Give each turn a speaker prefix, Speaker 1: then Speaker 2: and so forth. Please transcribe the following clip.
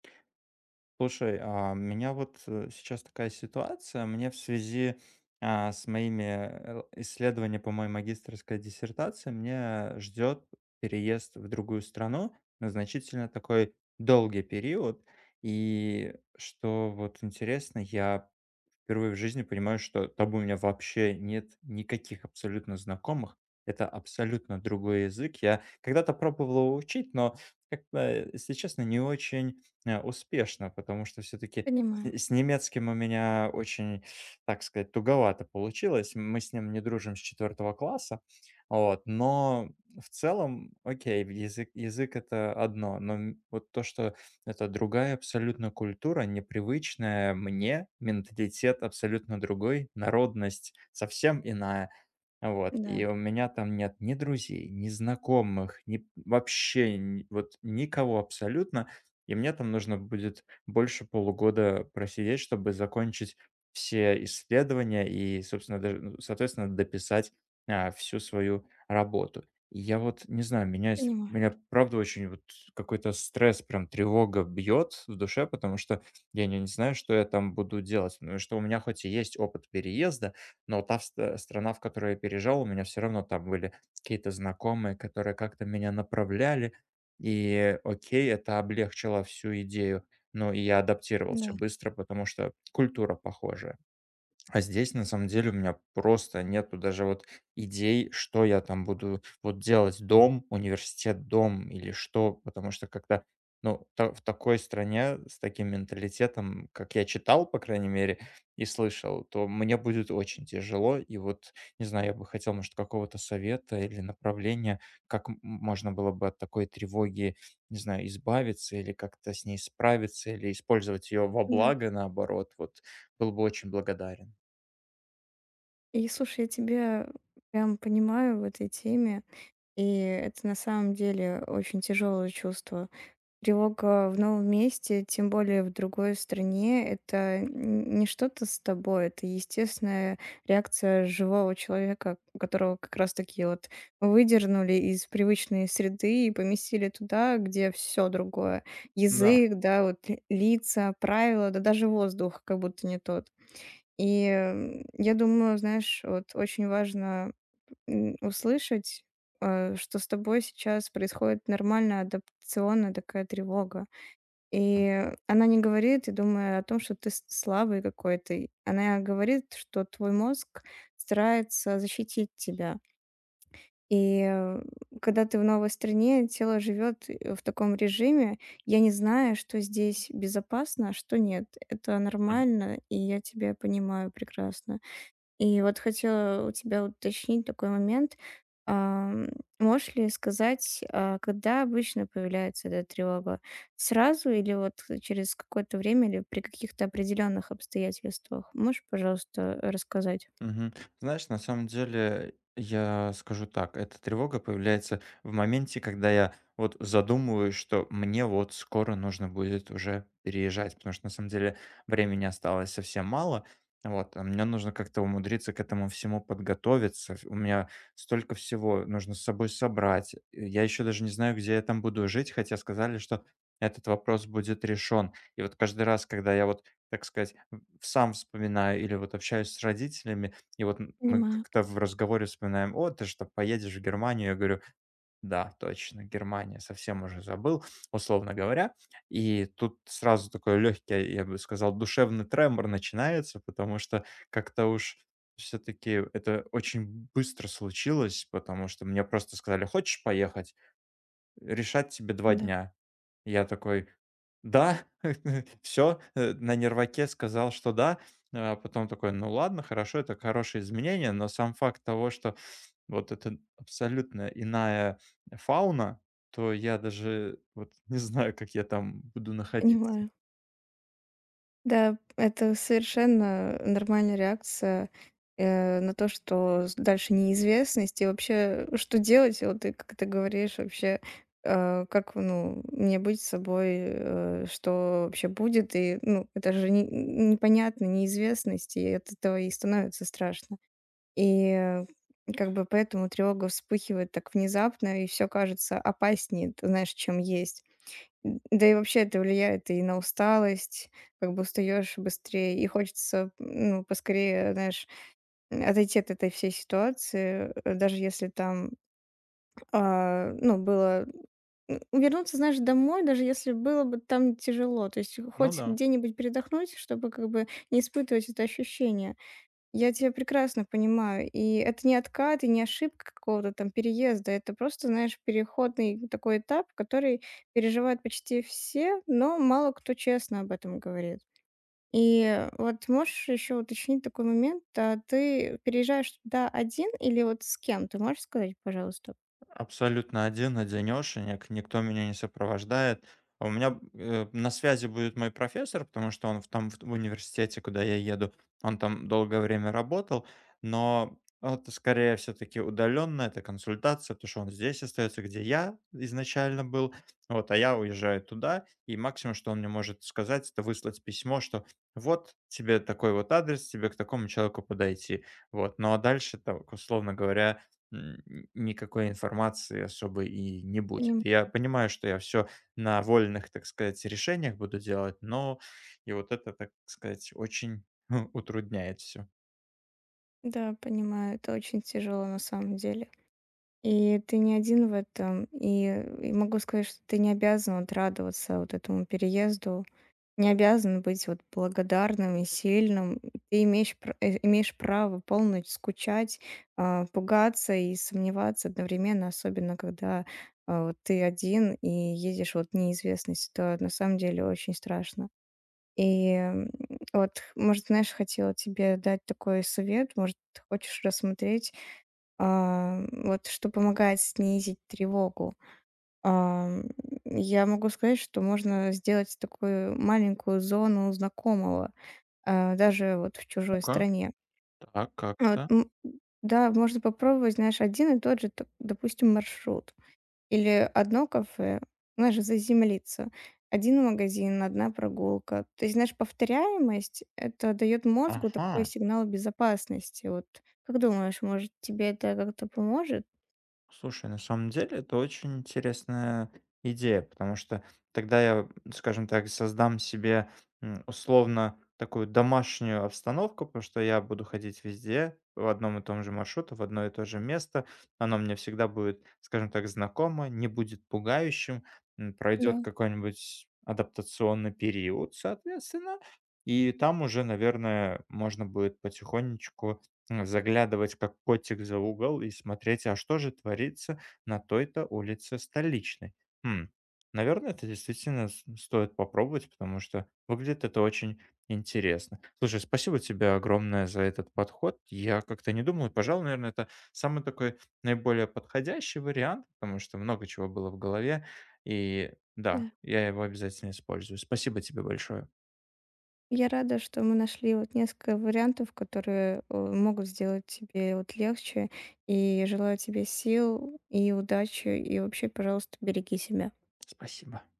Speaker 1: Слушай, у меня вот сейчас такая ситуация. Мне в связи с моими исследованиями по моей магистерской диссертации мне ждет переезд в другую страну на значительно такой долгий период. И что вот интересно, я впервые в жизни понимаю, что там у меня вообще нет никаких абсолютно знакомых. Это абсолютно другой язык. Я когда-то пробовал его учить, но как-то, если честно, не очень успешно, потому что все-таки с
Speaker 2: Понимаю,
Speaker 1: с немецким у меня очень, так сказать, туговато получилось. Мы с ним не дружим с 4-го класса, вот. Но в целом, окей, язык, язык это одно, но вот то, что это другая абсолютно культура, непривычная мне, менталитет абсолютно другой, народность совсем иная. Вот, и
Speaker 2: да,
Speaker 1: у меня там нет ни друзей, ни знакомых, ни вообще вот никого абсолютно. И мне там нужно будет больше полугода просидеть, чтобы закончить все исследования и, собственно, даже, ну, соответственно, дописать всю свою работу. И я вот не знаю,
Speaker 2: понимаю,
Speaker 1: меня правда очень вот какой-то стресс, прям тревога бьет в душе, потому что я не знаю, что я там буду делать. Ну и что у меня хоть и есть опыт переезда, но страна, в которой я переезжал, у меня все равно там были какие-то знакомые, которые как-то меня направляли. И окей, это облегчило всю идею. Но и я адаптировался
Speaker 2: да,
Speaker 1: быстро, потому что культура похожа. А здесь, на самом деле, у меня просто нету даже вот идей, что я там буду вот делать: дом, университет, дом или что. Потому что когда, ну, та в такой стране с таким менталитетом, как я читал, по крайней мере, и слышал, то мне будет очень тяжело. И вот, не знаю, я бы хотел, может, какого-то совета или направления, как можно было бы от такой тревоги, не знаю, избавиться или как-то с ней справиться, или использовать ее во
Speaker 2: да.
Speaker 1: благо, наоборот. Вот был бы очень благодарен.
Speaker 2: И слушай, я тебя прям понимаю в этой теме, и это на самом деле очень тяжелое чувство. Тревога в новом месте, тем более в другой стране, это н не что-то с тобой, это естественная реакция живого человека, которого как раз таки вот выдернули из привычной среды и поместили туда, где все другое:
Speaker 1: Да.
Speaker 2: язык, да, вот ли лица, правила, да даже воздух как будто не тот. Я думаю, знаешь, вот очень важно, услышать, что с тобой сейчас происходит нормальная адаптационная такая тревога. И она не говорит, я думаю, о том, что ты с слабый какой-то. И она говорит, что твой мозг старается защитить тебя. И, э, Когда ты в новой стране, тело живет, в таком режиме. Я не знаю, что здесь безопасно, а что нет. Это нормально, и я тебя понимаю прекрасно. И вот хотела у тебя уточнить такой момент. Ам, Можешь ли сказать, когда обычно появляется эта тревога? Сразу или вот через какое-то время, или при каких-то определенных обстоятельствах? Можешь, пожалуйста, рассказать?
Speaker 1: Мгм. Знаешь, на самом деле, я скажу так, эта тревога появляется в моменте, когда я вот задумываюсь, что мне вот скоро нужно будет уже переезжать, потому что на самом деле времени осталось совсем мало. Вот, а мне нужно как-то умудриться к этому всему подготовиться. У меня столько всего нужно с собой собрать. Я еще даже не знаю, где я там буду жить, хотя сказали, что этот вопрос будет решен. И вот каждый раз, когда я вот, так сказать, сам вспоминаю или вот общаюсь с родителями, и вот мы
Speaker 2: Понимаю,
Speaker 1: как-то в разговоре вспоминаем: "О, ты что, поедешь в Германию?" Я говорю: "Да, точно, Германия, совсем уже забыл", условно говоря. И тут сразу такой легкий, я бы сказал, душевный тремор начинается, потому что как-то уж все-таки это очень быстро случилось, потому что мне просто сказали: "Хочешь поехать? Решать тебе два
Speaker 2: да.
Speaker 1: дня". Я такой: да, все на нерваке сказал, что да. А потом такой: "Ну ладно, хорошо, это хорошее изменение". Но сам факт того, что вот это абсолютно иная фауна, то я даже вот не знаю, как я там буду находиться.
Speaker 2: Понимаю. Да, это совершенно нормальная реакция, на то, что с дальше неизвестность. И вообще, что делать? Вот ты, как ты говоришь, вообще, как, ну, мне быть с собой, что вообще будет? И, ну, это же непонятно, неизвестность, и от этого и становится страшно. И э, как бы поэтому тревога вспыхивает так внезапно, и все кажется опаснее, ты знаешь, чем есть, да и вообще это влияет и на усталость, как бы устаешь быстрее, и хочется, ну, поскорее, знаешь, отойти от этой всей ситуации, даже если там, ну, было вернуться, знаешь, домой, даже если было бы там тяжело, то есть
Speaker 1: Ну
Speaker 2: хоть
Speaker 1: да.
Speaker 2: где-нибудь передохнуть, чтобы как бы не испытывать это ощущение. Я тебя прекрасно понимаю. И это не откат и не ошибка какого-то там переезда. Это просто, знаешь, переходный такой этап, который переживают почти все, но мало кто честно об этом говорит. И вот можешь еще уточнить такой момент. А ты переезжаешь туда один или вот с кем? Ты можешь сказать, пожалуйста?
Speaker 1: Абсолютно один, одинешенек, никто меня не сопровождает. А у меня на связи будет мой профессор, потому что он в том в т- в университете, куда я еду, он там долгое время работал, но это скорее все-таки удаленно, это консультация, потому что он здесь остается, где я изначально был, вот, а я уезжаю туда, и максимум, что он мне может сказать, это выслать письмо, что вот тебе такой вот адрес, тебе к такому человеку подойти, вот, ну а дальше, так, условно говоря, м, никакой информации особо и не будет.
Speaker 2: Поним-
Speaker 1: Я понимаю, что я все на вольных, так сказать, решениях буду делать, но и вот это, так сказать, очень утрудняет все.
Speaker 2: Да, понимаю. Это очень тяжело на самом деле. И ты не один в этом. И могу сказать, что ты не обязан вот радоваться вот этому переезду. Не обязан быть вот благодарным и сильным. Ты имеешь, имеешь право полночь скучать, пугаться и сомневаться одновременно, особенно когда вот ты один и едешь вот в неизвестность. Это на самом деле очень страшно. И м, вот, может, знаешь, хотела тебе дать такой совет, может, хочешь рассмотреть, вот что помогает снизить тревогу. Ам, я могу сказать, что можно сделать такую маленькую зону знакомого, даже вот в чужой
Speaker 1: Ну-ка,
Speaker 2: стране.
Speaker 1: так, как
Speaker 2: Вот,
Speaker 1: то.
Speaker 2: да, можно попробовать, знаешь, один и тот же, допустим, маршрут или одно кафе, знаешь, заземлиться. Один магазин, одна прогулка. То есть, знаешь, повторяемость это дает мозгу такой
Speaker 1: Ага.
Speaker 2: сигнал безопасности. Вот как думаешь, может, тебе это как-то поможет?
Speaker 1: Слушай, на самом деле это очень интересная идея, потому что тогда я, скажем так, создам себе условно такую домашнюю обстановку, потому что я буду ходить везде в одном и том же маршруте, в одно и то же место. Оно мне всегда будет, скажем так, знакомо, не будет пугающим,
Speaker 2: Да,
Speaker 1: пройдет какой-нибудь адаптационный период, соответственно, и там уже, наверное, можно будет потихонечку заглядывать как котик за угол и смотреть, а что же творится на той-то улице столичной. Хм, наверное, это действительно стоит попробовать, потому что выглядит это очень интересно. Слушай, спасибо тебе огромное за этот подход. Я как-то не думал, и, пожалуй, наверное, это самый такой наиболее подходящий вариант, потому что много чего было в голове, и да,
Speaker 2: да.
Speaker 1: я его обязательно использую. Спасибо тебе большое.
Speaker 2: Я рада, что мы нашли вот несколько вариантов, которые могут сделать тебе вот легче. И желаю тебе сил и удачи. И вообще, пожалуйста, береги себя.
Speaker 1: Спасибо.